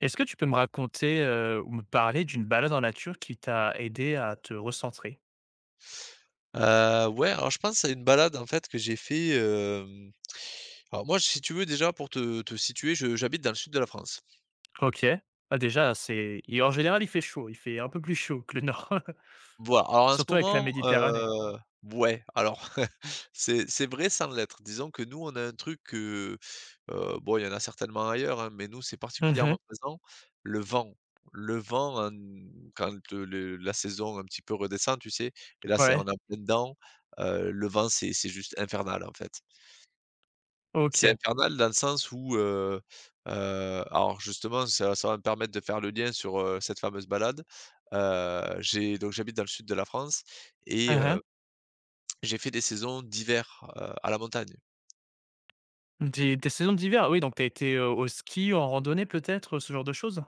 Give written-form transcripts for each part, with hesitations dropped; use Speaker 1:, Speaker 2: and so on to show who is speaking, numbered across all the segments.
Speaker 1: Est-ce que tu peux me raconter, ou me parler d'une balade en nature qui t'a aidé à te recentrer?
Speaker 2: Ouais, alors je pense à une balade en fait que j'ai fait, alors moi si tu veux déjà pour te situer, je j'habite dans le sud de la France.
Speaker 1: OK. Ah déjà, c'est et en général, il fait chaud, il fait un peu plus chaud que le nord.
Speaker 2: Voilà, alors en ce
Speaker 1: Surtout avec la
Speaker 2: moment,
Speaker 1: Méditerranée.
Speaker 2: ouais, alors c'est vrai sans l'être. Disons que nous on a un truc que, bon il y en a certainement ailleurs, hein, mais nous c'est particulièrement
Speaker 1: Mmh.
Speaker 2: présent, le vent. Le vent en quand le la saison un petit peu redescend, tu sais? Et là, c'est on
Speaker 1: Ouais,
Speaker 2: est en plein dedans, le vent c'est juste infernal en fait. C'est
Speaker 1: OK.
Speaker 2: infernal dans le sens où, alors justement ça va me permettre de faire le lien sur, cette fameuse balade. J'ai donc j'habite dans le sud de la France et
Speaker 1: Mmh.
Speaker 2: j'ai fait des saisons d'hiver, à la montagne.
Speaker 1: Des saisons d'hiver, oui, donc t'as été, au ski, en randonnée peut-être, ce genre de choses?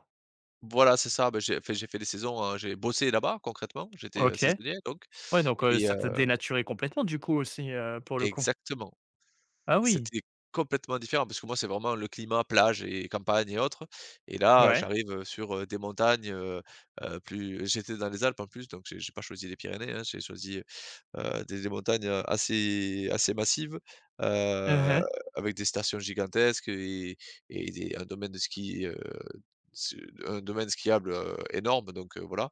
Speaker 2: Voilà, c'est ça, bah, j'ai fait des saisons, j'ai bossé là-bas concrètement, j'étais,
Speaker 1: OK.
Speaker 2: saisonnier donc
Speaker 1: Ouais, donc,
Speaker 2: et
Speaker 1: ça
Speaker 2: heu
Speaker 1: t'a dénaturé complètement du coup aussi, pour le coup?
Speaker 2: exactement.
Speaker 1: Ah oui,
Speaker 2: C'était complètement différent parce que moi, c'est vraiment le climat plage et campagne et autres et là,
Speaker 1: ouais.
Speaker 2: j'arrive, sur, des montagnes, plus j'étais dans les Alpes en plus, donc j'ai pas choisi les Pyrénées, hein, j'ai choisi, des montagnes, assez massives, heu,
Speaker 1: Mmh.
Speaker 2: avec des stations gigantesques et des un domaine de ski, s un domaine skiable, énorme donc, voilà.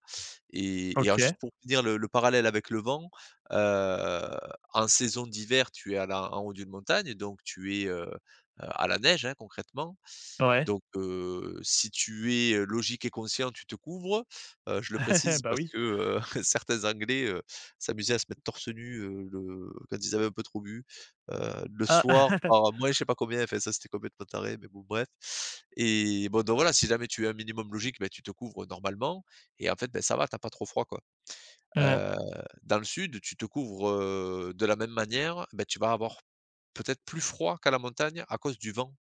Speaker 2: Et alors juste
Speaker 1: OK,
Speaker 2: pour finir le parallèle avec le vent, heu, en saison d'hiver, tu es à la en haut d'une montagne donc tu es, à la neige, hein, concrètement.
Speaker 1: ouais.
Speaker 2: Donc, si tu es, logique et conscient, tu te couvres. Je le précise
Speaker 1: Bah
Speaker 2: parce
Speaker 1: oui.
Speaker 2: que, certains anglais, s'amusaient à se mettre torse nu, le quand ils avaient un peu trop bu, le soir
Speaker 1: Ah!
Speaker 2: par moins je sais pas combien, enfin ça c'était complètement taré, mais bon bref. Et bon donc voilà, si jamais tu es un minimum logique, ben tu te couvres normalement et en fait, ben ça va, t'as pas trop froid quoi. Heu, Dans le sud, tu te couvres, de la même manière, ben tu vas avoir peut-être plus froid qu'à la montagne à cause du vent.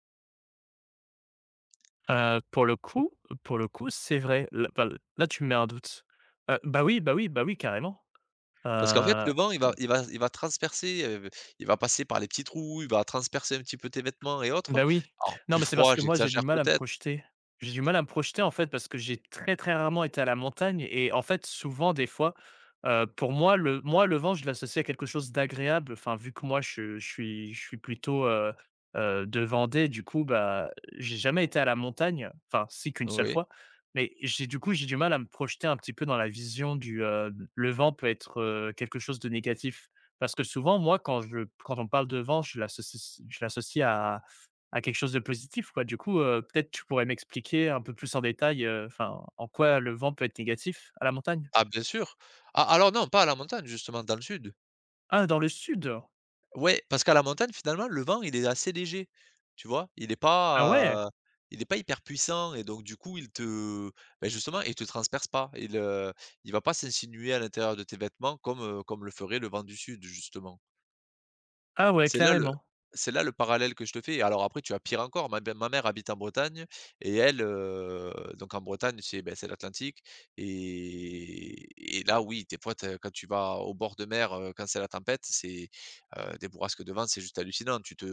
Speaker 1: Heu, pour le coup pour le coup, c'est vrai. Là, bah, là, tu me mets un doute. Bah, oui, bah, oui, bah, oui, carrément.
Speaker 2: Parce qu'en fait, le vent, il va transpercer, il va passer par les petits trous, il va transpercer un petit peu tes vêtements et autres.
Speaker 1: Bah, oui.
Speaker 2: Alors
Speaker 1: Non,
Speaker 2: plus
Speaker 1: mais c'est parce
Speaker 2: froid,
Speaker 1: que moi, j'ai du
Speaker 2: j'exagère
Speaker 1: mal à me
Speaker 2: peut-être.
Speaker 1: projeter. J'ai du mal à me projeter, en fait, parce que j'ai très, très rarement été à la montagne et en fait, souvent, des fois, pour moi, le vent, je l'associe à quelque chose d'agréable. Enfin, vu que moi, je suis plutôt, de Vendée, du coup, bah, j'ai jamais été à la montagne, enfin, si, qu'une seule
Speaker 2: Oui.
Speaker 1: fois, mais j'ai du coup, j'ai du mal à me projeter un petit peu dans la vision du, le vent peut être, quelque chose de négatif. Parce que souvent, moi, quand on parle de vent, je l'associe à quelque chose de positif, quoi. Du coup, peut-être tu pourrais m'expliquer un peu plus en détail, enfin, en quoi le vent peut être négatif à la montagne?
Speaker 2: Ah bien sûr. Ah alors non, pas à la montagne justement, dans le sud.
Speaker 1: Ah, dans le sud?
Speaker 2: Ouais, parce qu'à la montagne, finalement, le vent, il est assez léger, tu vois?
Speaker 1: Ah ouais!
Speaker 2: Il est pas hyper puissant et donc du coup, il te beh, justement, il te transperce pas. Il va pas s'insinuer à l'intérieur de tes vêtements comme le ferait le vent du sud, justement.
Speaker 1: Ah ouais,
Speaker 2: C'est là le
Speaker 1: carrément.
Speaker 2: c'est là le parallèle que je te fais. Et alors après, tu as pire encore. Ma mère habite en Bretagne et donc en Bretagne, c'est l'Atlantique et et là, oui, des fois, tu quand tu vas au bord de mer, quand c'est la tempête, c'est, des bourrasques de vent, c'est juste hallucinant. Tu te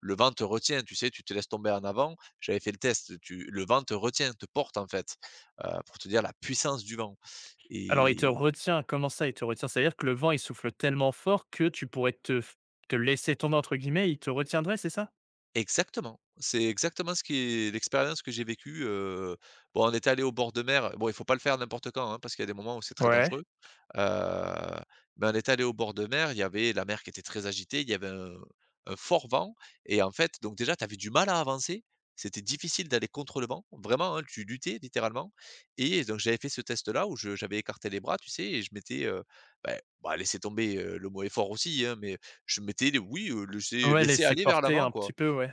Speaker 2: Le vent te retient, tu sais, tu te laisses tomber en avant. J'avais fait le test, tu le vent te retient, te porte en fait, pour te dire la puissance du vent.
Speaker 1: Alors il te retient, comment ça il te retient? C'est-à-dire que le vent, il souffle tellement fort que tu pourrais te «laisser tomber» entre guillemets, il te retiendrait, c'est ça?
Speaker 2: Exactement, c'est exactement ce qui est l'expérience que j'ai vécue, bon, on était allé au bord de mer, bon, il faut pas le faire n'importe quand, hein, parce qu'il y a des moments où c'est très
Speaker 1: Ouais.
Speaker 2: dangereux, heu, mais on est allé au bord de mer, il y avait la mer qui était très agitée, il y avait un fort vent et en fait, donc déjà, tu avais du mal à avancer, c'était difficile d'aller contre le vent, vraiment, hein, tu luttais littéralement et donc j'avais fait ce test-là où je j'avais écarté les bras, tu sais et je m'étais, bah laissé tomber, le mot effort aussi, hein, mais je m'étais, oui, laissé
Speaker 1: Ouais,
Speaker 2: laissé
Speaker 1: laisser
Speaker 2: aller vers
Speaker 1: porter
Speaker 2: l'avant,
Speaker 1: un
Speaker 2: quoi.
Speaker 1: petit peu, ouais.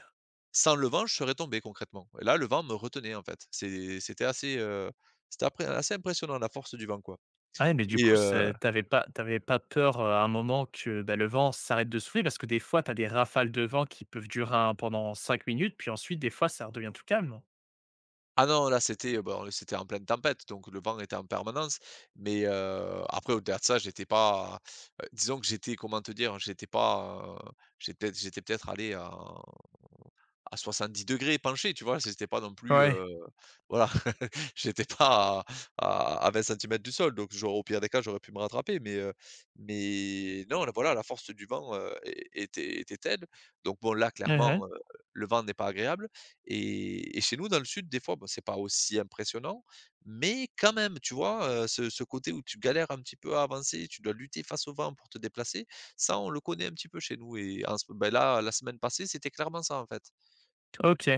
Speaker 2: Sans le vent, je serais tombé concrètement. Et là, le vent me retenait en fait. C'était après assez impressionnant la force du vent quoi.
Speaker 1: Ah ouais, mais du
Speaker 2: et
Speaker 1: coup,
Speaker 2: heu
Speaker 1: c'est tu pas t'avais pas peur, à un moment que, bah, le vent s'arrête de souffler? Parce que des fois, t'as des rafales de vent qui peuvent durer un pendant 5 minutes, puis ensuite, des fois, ça redevient tout calme.
Speaker 2: ah non, là c'était, bon, c'était en pleine tempête, donc le vent était en permanence, mais après au-delà de ça, j'étais pas, disons que j'étais, comment te dire? J'étais pas, j'étais peut-être allé à 70 degrés penché, tu vois? C'était pas non plus,
Speaker 1: Ouais.
Speaker 2: voilà, j'étais pas à 20 centimètres du sol, donc j'au au pire des cas, j'aurais pu me rattraper, mais non, là, voilà, la force du vent, é était telle, donc bon, là,
Speaker 1: Mmh.
Speaker 2: clairement, le vent n'est pas agréable. Et chez nous, dans le sud, des fois, bon, c'est pas aussi impressionnant, mais quand même, tu vois? Ce côté où tu galères un petit peu à avancer, tu dois lutter face au vent pour te déplacer, ça, on le connaît un petit peu chez nous et en ce ben, là, la semaine passée, c'était clairement ça, en fait.
Speaker 1: OK.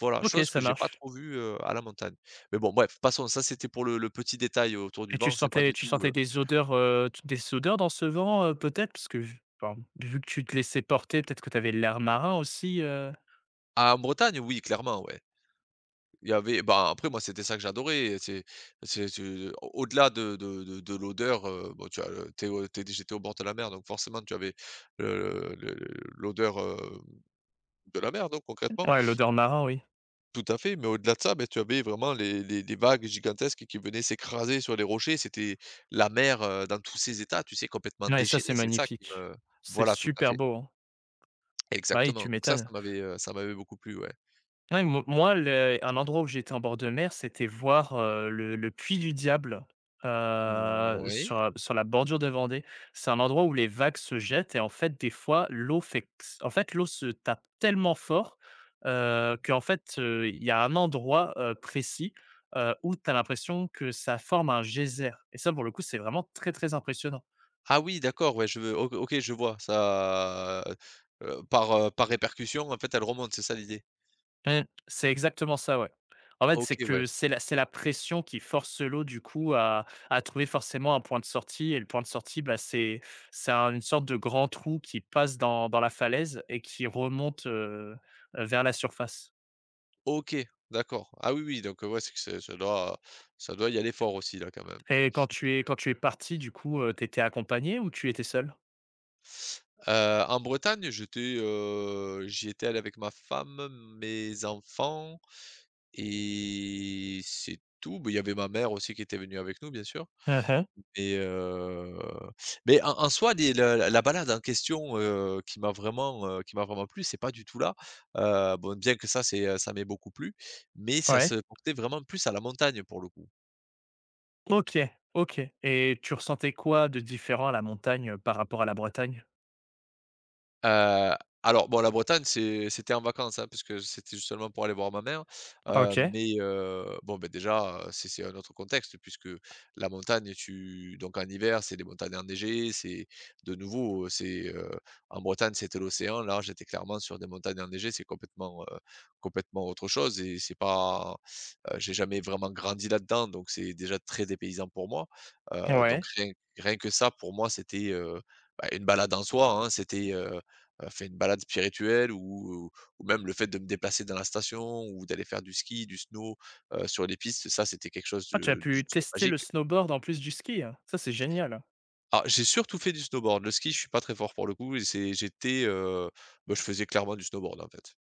Speaker 2: Voilà,
Speaker 1: OK,
Speaker 2: chose que
Speaker 1: ça
Speaker 2: j'ai pas
Speaker 1: marche.
Speaker 2: trop vue, à la montagne. Mais bon, bref, passons, ça c'était pour le petit détail autour du
Speaker 1: Et
Speaker 2: vent, c'est pas du
Speaker 1: tu
Speaker 2: tout,
Speaker 1: sentais des odeurs, t des odeurs dans ce vent, peut-être? Parce que vu enfin, vu que tu te laissais porter, peut-être que tu avais l'air marin aussi,
Speaker 2: ah, en Bretagne, oui, clairement, ouais. Il y avait bah, Après moi, c'était ça que j'adorais, c'est au au-delà de l'odeur, bon, tu as le tu au tu j'étais au bord de la mer, donc forcément, tu avais, le l'odeur, de la mer, donc concrètement.
Speaker 1: Ouais, l'odeur marin, oui.
Speaker 2: Tout à fait, mais au-delà de ça, ben tu avais vraiment les vagues gigantesques qui venaient s'écraser sur les rochers. C'était la mer, dans tous ses états, tu sais, complètement
Speaker 1: Non et ça, c'est
Speaker 2: déchaînée. C'est ça qui
Speaker 1: magnifique.
Speaker 2: me
Speaker 1: C'est
Speaker 2: Voilà, tout à
Speaker 1: super
Speaker 2: fait.
Speaker 1: beau, hein. Bah oui,
Speaker 2: Exactement.
Speaker 1: tu
Speaker 2: Donc ça,
Speaker 1: m'étonnes.
Speaker 2: ça m'avait beaucoup plu, ouais.
Speaker 1: Ouais, mo moi, le un endroit où j'étais en bord de mer, c'était voir, le puits du diable,
Speaker 2: Mm, oui.
Speaker 1: sur la bordure de Vendée. C'est un endroit où les vagues se jettent et en fait, des fois, l'eau fait en fait, l'eau se tape tellement fort, qu'en fait, il y a un endroit, précis, où tu as l'impression que ça forme un geyser et ça, pour le coup, c'est vraiment très, très impressionnant.
Speaker 2: Ah oui, d'accord, ouais, je veux. OK, ok, je vois. Ça, par répercussion, en fait, elle remonte, c'est ça l'idée?
Speaker 1: Mmh, c'est exactement ça, ouais. En fait,
Speaker 2: OK, ouais.
Speaker 1: c'est la pression qui force l'eau du coup à trouver forcément un point de sortie et le point de sortie, bah, c'est un une sorte de grand trou qui passe dans la falaise et qui remonte, vers la surface.
Speaker 2: OK, d'accord. Ah oui, oui, donc, ouais, c'est que c'est ça doit y aller fort aussi, là, quand même.
Speaker 1: Et quand tu es parti du coup, tu étais accompagné ou tu étais seul?
Speaker 2: En Bretagne, j'y étais allé avec ma femme, mes enfants et c'est tout. Beh, il y avait ma mère aussi qui était venue avec nous, bien sûr
Speaker 1: Mmh mh.
Speaker 2: et heu, mais en soi, les la la la balade en question, qui m'a vraiment plu, c'est pas du tout là. Bon, bien que ça, ça m'ait beaucoup plu, mais ça se
Speaker 1: Ouais.
Speaker 2: portait vraiment plus à la montagne, pour le coup.
Speaker 1: OK, OK, et tu ressentais quoi de différent à la montagne, par rapport à la Bretagne?
Speaker 2: Heu, alors bon, la Bretagne, c'était en vacances, hein, parce que c'était juste seulement pour aller voir ma mère,
Speaker 1: OK,
Speaker 2: bon, beh, déjà, c'est un autre contexte puisque la montagne, tu donc en hiver, c'est des montagnes enneigées, c'est de nouveau, en Bretagne, c'était l'océan. Là, j'étais clairement sur des montagnes enneigées, c'est complètement, complètement autre chose et c'est pas j'ai jamais vraiment grandi là-dedans, donc c'est déjà très dépaysant pour moi. Donc
Speaker 1: ouais.
Speaker 2: rien que ça, pour moi, c'était, bah, une balade en soi, hein. C'était, fait une balade spirituelle ou même le fait de me déplacer dans la station ou d'aller faire du ski, du snow, sur les pistes, ça, c'était quelque chose de
Speaker 1: Ah, tu as
Speaker 2: de
Speaker 1: pu
Speaker 2: juste
Speaker 1: tester le
Speaker 2: magique.
Speaker 1: snowboard en plus du ski? Hein. Ça, c'est génial.
Speaker 2: Ah, j'ai surtout fait du snowboard. Le ski, je suis pas très fort pour le coup et je faisais clairement du snowboard, en fait.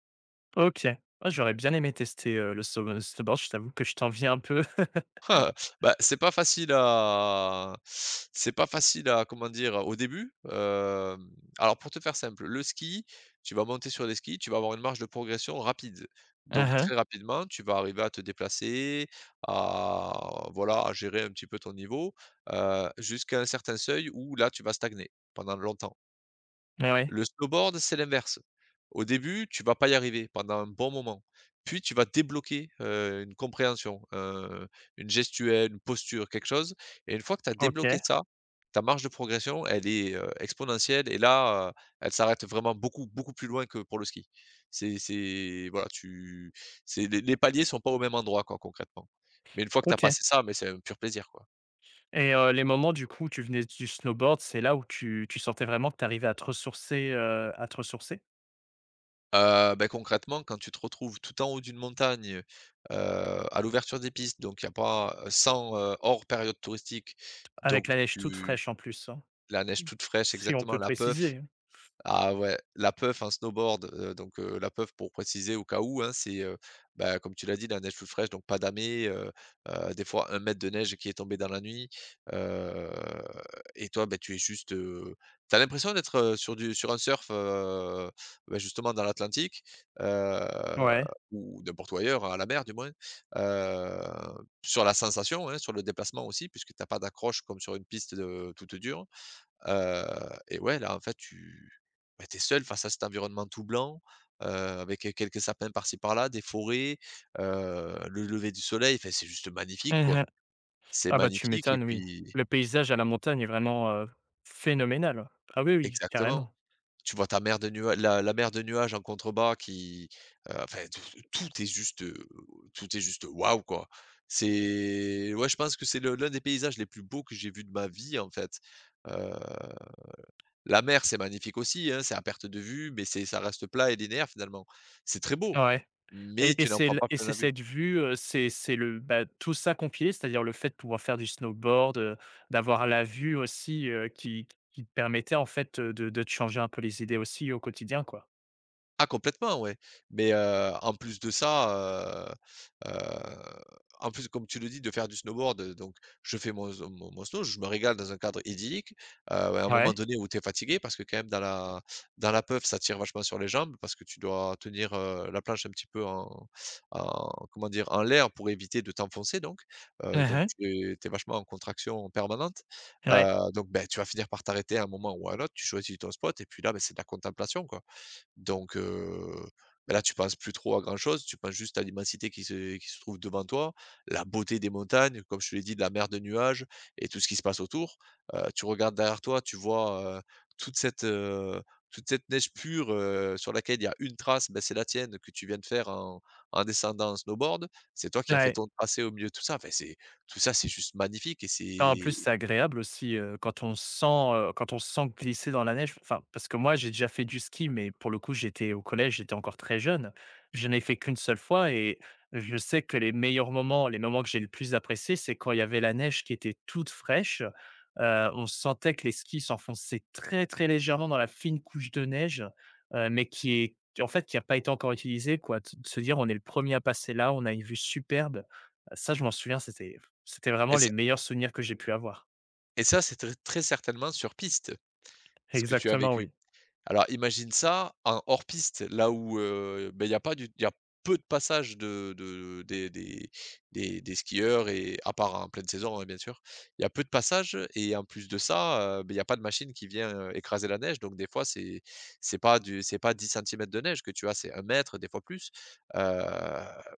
Speaker 1: OK. Ah, j'aurais bien aimé tester, le snowboard, je t'avoue que je t'envie un peu.
Speaker 2: Ah, bah, c'est pas facile à comment dire? Au début, alors pour te faire simple, le ski, tu vas monter sur les skis, tu vas avoir une marge de progression rapide. Donc
Speaker 1: Mmh.
Speaker 2: très rapidement, tu vas arriver à te déplacer, à voilà, à gérer un petit peu ton niveau, jusqu'à un certain seuil où là, tu vas stagner pendant longtemps.
Speaker 1: Mais ouais.
Speaker 2: Le snowboard, c'est l'inverse. Au début, tu vas pas y arriver pendant un bon moment. Puis tu vas débloquer, une compréhension, une gestuelle, une posture, quelque chose et une fois que tu as débloqué
Speaker 1: OK,
Speaker 2: ça, ta marge de progression, elle est, exponentielle et là, elle s'arrête vraiment beaucoup, beaucoup plus loin que pour le ski. C'est voilà, tu c'est les paliers sont pas au même endroit quoi, concrètement. Mais une fois que tu as
Speaker 1: OK,
Speaker 2: passé ça, mais c'est un pur plaisir, quoi.
Speaker 1: et les moments du coup où tu venais du snowboard, c'est là où tu sentais vraiment que tu arrivais à te ressourcer, à te ressourcer?
Speaker 2: Concrètement, quand tu te retrouves tout en haut d'une montagne, à l'ouverture des pistes, donc il n'y a pas sans, hors période touristique,
Speaker 1: Avec
Speaker 2: donc
Speaker 1: la neige toute
Speaker 2: tu
Speaker 1: fraîche en plus, hein.
Speaker 2: la neige toute fraîche,
Speaker 1: Si on
Speaker 2: exactement,
Speaker 1: peut
Speaker 2: la peuf.
Speaker 1: préciser, hein.
Speaker 2: Ah ouais, la puff, un snowboard, la puff, pour préciser au cas où, hein, bah, comme tu l'as dit, la neige toute fraîche, donc pas damée, des fois un mètre de neige qui est tombée dans la nuit, heu et toi, bah, tu es juste, tu l'impression d'être, sur du sur un surf, bah, justement dans l'Atlantique, heu,
Speaker 1: Ouais.
Speaker 2: ou n'importe où ailleurs, à la mer du moins, heu, sur la sensation, hein, sur le déplacement aussi puisque t'as pas d'accroche comme sur une piste, toute dure. Et ouais, là, en fait, tu bah, es seul face à cet environnement tout blanc, avec quelques sapins par-ci par-là, des forêts, le lever du soleil, enfin, c'est juste magnifique,
Speaker 1: Mmh
Speaker 2: quoi.
Speaker 1: mh.
Speaker 2: C'est
Speaker 1: Ah bah, tu
Speaker 2: magnifique et
Speaker 1: m'étonnes, oui.
Speaker 2: puis
Speaker 1: Le paysage à la montagne est vraiment, phénoménal. Ah oui, oui,
Speaker 2: exactement.
Speaker 1: carrément.
Speaker 2: Tu vois ta mer de nua la mer de nuages en contrebas qui, enfin, tout est juste, heu, tout est juste waouh, quoi. C'est ouais, je pense que c'est le l'un des paysages les plus beaux que j'ai vus de ma vie, en fait, heu la mer, c'est magnifique aussi, hein, c'est à perte de vue, mais c'est ça reste plat et linéaire finalement. C'est très beau,
Speaker 1: Ouais. Et
Speaker 2: mais
Speaker 1: et
Speaker 2: tu n'en
Speaker 1: c'est
Speaker 2: prends
Speaker 1: l
Speaker 2: pas
Speaker 1: et
Speaker 2: plein
Speaker 1: c'est
Speaker 2: la vue.
Speaker 1: cette vue, c'est le bah, tout ça compilé, c'est-à-dire le fait de pouvoir faire du snowboard, d'avoir la vue aussi, qui te permettait en fait, de te changer un peu les idées aussi au quotidien, quoi.
Speaker 2: Ah complètement, ouais. Mais, en plus de ça, heu heu, en plus, comme tu le dis, de faire du snowboard, je fais mon zo mon mon snow, je me régale dans un cadre idyllique, ouais, à un moment
Speaker 1: Ouais.
Speaker 2: donné où tu es fatigué, parce que quand même dans la puff, ça tire vachement sur les jambes parce que tu dois tenir, la planche un petit peu en comment dire? En l'air, pour éviter de t'enfoncer, donc, donc
Speaker 1: Mmh.
Speaker 2: tu es vachement en contraction permanente,
Speaker 1: Ouais,
Speaker 2: donc, ben, tu vas finir par t'arrêter à un moment ou à un autre, tu choisis ton spot et puis là, ben c'est de la contemplation, quoi. Donc, bah, là, tu penses plus trop à grand-chose, tu penses juste à l'immensité qui se trouve devant toi, la beauté des montagnes, comme je te l'ai dit, de la mer de nuages et tout ce qui se passe autour. Tu regardes derrière toi, tu vois, toute cette, heu, toute cette neige pure, sur laquelle il y a une trace. Ben, c'est la tienne, que tu viens de faire en descendant en snowboard. C'est toi qui as fait
Speaker 1: ouais.
Speaker 2: ton tracé au milieu de tout ça. Enfin, c'est tout ça, c'est juste magnifique et
Speaker 1: Non, en
Speaker 2: c'est
Speaker 1: plus, c'est agréable aussi, quand on se sent glisser dans la neige. Enfin, parce que moi, j'ai déjà fait du ski, mais pour le coup, j'étais au collège, j'étais encore très jeune. Je n'ai fait qu'une seule fois et je sais que les meilleurs moments, les moments que j'ai le plus appréciés, c'est quand il y avait la neige qui était toute fraîche. On sentait que les skis s'enfonçaient très, très légèrement dans la fine couche de neige, mais qui est en fait, qui a pas été encore utilisée, quoi. De se dire: «On est le premier à passer là, on a une vue superbe». Ça, je m'en souviens, c'était
Speaker 2: et
Speaker 1: vraiment les
Speaker 2: ça
Speaker 1: meilleurs souvenirs que j'ai pu avoir.
Speaker 2: et ça, c'est très très certainement sur piste, ce que tu as
Speaker 1: Exactement,
Speaker 2: vécu.
Speaker 1: oui.
Speaker 2: Alors imagine ça en hors-piste, là où, beh, il y a pas du il y a peu de passages de des skieurs, et à part en pleine saison, hein, bien sûr. Il y a peu de passages, et en plus de ça, beh, il y a pas de machine qui vient, écraser la neige, donc des fois c'est pas 10 centimètres de neige que tu as, c'est un mètre, des fois plus, heu,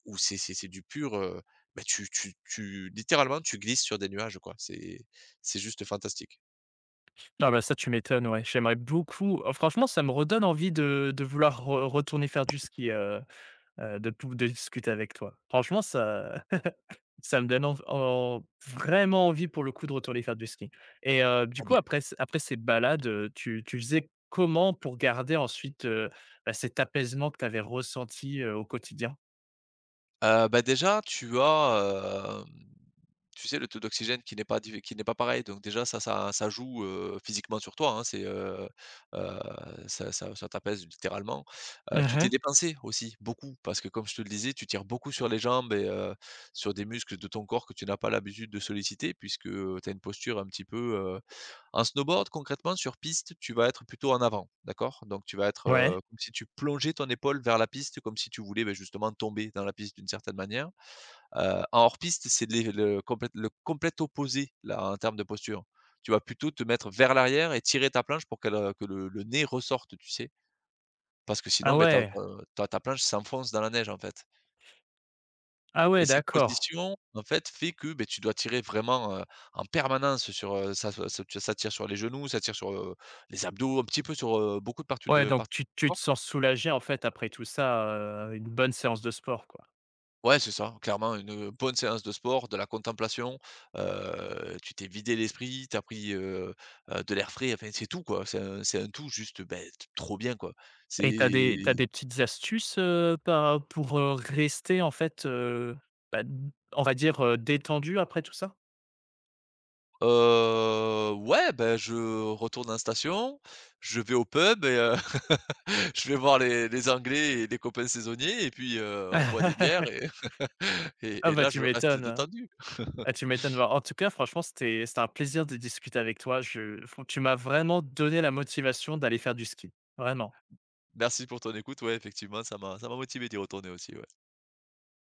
Speaker 2: où c'est du pur, bah, tu, littéralement, tu glisses sur des nuages, quoi. C'est juste fantastique.
Speaker 1: Ah bah, ça, tu m'étonnes, ouais. J'aimerais beaucoup franchement, ça me redonne envie de vouloir re retourner faire du ski, de discuter avec toi. Franchement, ça ça me donne env en vraiment envie, pour le coup, de retourner faire du ski. Et du coup, après ces balades, tu faisais comment pour garder ensuite, bah, cet apaisement que tu avais ressenti, au quotidien?
Speaker 2: Déjà, tu as, tu sais, le taux d'oxygène qui n'est pas div qui n'est pas pareil, donc déjà ça joue, physiquement sur toi, hein. Heu, ça t'apaise littéralement. Tu t'es
Speaker 1: Mmh.
Speaker 2: dépensé aussi, beaucoup, parce que comme je te le disais, tu tires beaucoup sur les jambes, et sur des muscles de ton corps que tu n'as pas l'habitude de solliciter, puisque, tu as une posture un petit peu, en snowboard, concrètement, sur piste, tu vas être plutôt en avant, d'accord? Donc tu vas être,
Speaker 1: Ouais.
Speaker 2: comme si tu plongeais ton épaule vers la piste, comme si tu voulais, beh, justement tomber dans la piste d'une certaine manière. En hors piste, c'est les le complète opposé, là, en termes de posture. Tu vas plutôt te mettre vers l'arrière et tirer ta planche pour qu'elle, que le nez ressorte, tu sais? Parce que
Speaker 1: Ah
Speaker 2: sinon, beh,
Speaker 1: ouais.
Speaker 2: ta planche s'enfonce dans la neige, en fait.
Speaker 1: Ah ouais,
Speaker 2: Et cette
Speaker 1: d'accord.
Speaker 2: position, en fait, fait que, beh, tu dois tirer vraiment, en permanence sur, ça se ça ça tire sur les genoux, ça tire sur, les abdos, un petit peu sur, beaucoup
Speaker 1: Ouais,
Speaker 2: de
Speaker 1: donc
Speaker 2: parties du
Speaker 1: tu te
Speaker 2: corps.
Speaker 1: sens soulagé, en fait, après tout ça, une bonne séance de sport, quoi.
Speaker 2: Ouais, c'est ça, clairement une bonne séance de sport, de la contemplation, tu t'es vidé l'esprit, tu as pris, de l'air frais, enfin, c'est tout, quoi. C'est un tout juste, beh, t trop bien, quoi.
Speaker 1: Et
Speaker 2: C'est
Speaker 1: t'as des petites astuces, par pour, rester, en fait, bah, on va dire, détendu après tout ça?
Speaker 2: Ouais, ben, je retourne en station, je vais au pub et je vais voir les Anglais et les copains saisonniers et puis, on boit des bières et
Speaker 1: Ah
Speaker 2: et
Speaker 1: bah,
Speaker 2: là,
Speaker 1: tu
Speaker 2: je reste
Speaker 1: m'étonnes, hein.
Speaker 2: détendu.
Speaker 1: Ah, tu m'étonnes. Bah, en tout cas, franchement, c'était un plaisir de discuter avec toi. Je fran Tu m'as vraiment donné la motivation d'aller faire du ski, vraiment.
Speaker 2: Merci pour ton écoute. Ouais, effectivement, ça m'a motivé d'y retourner aussi, ouais.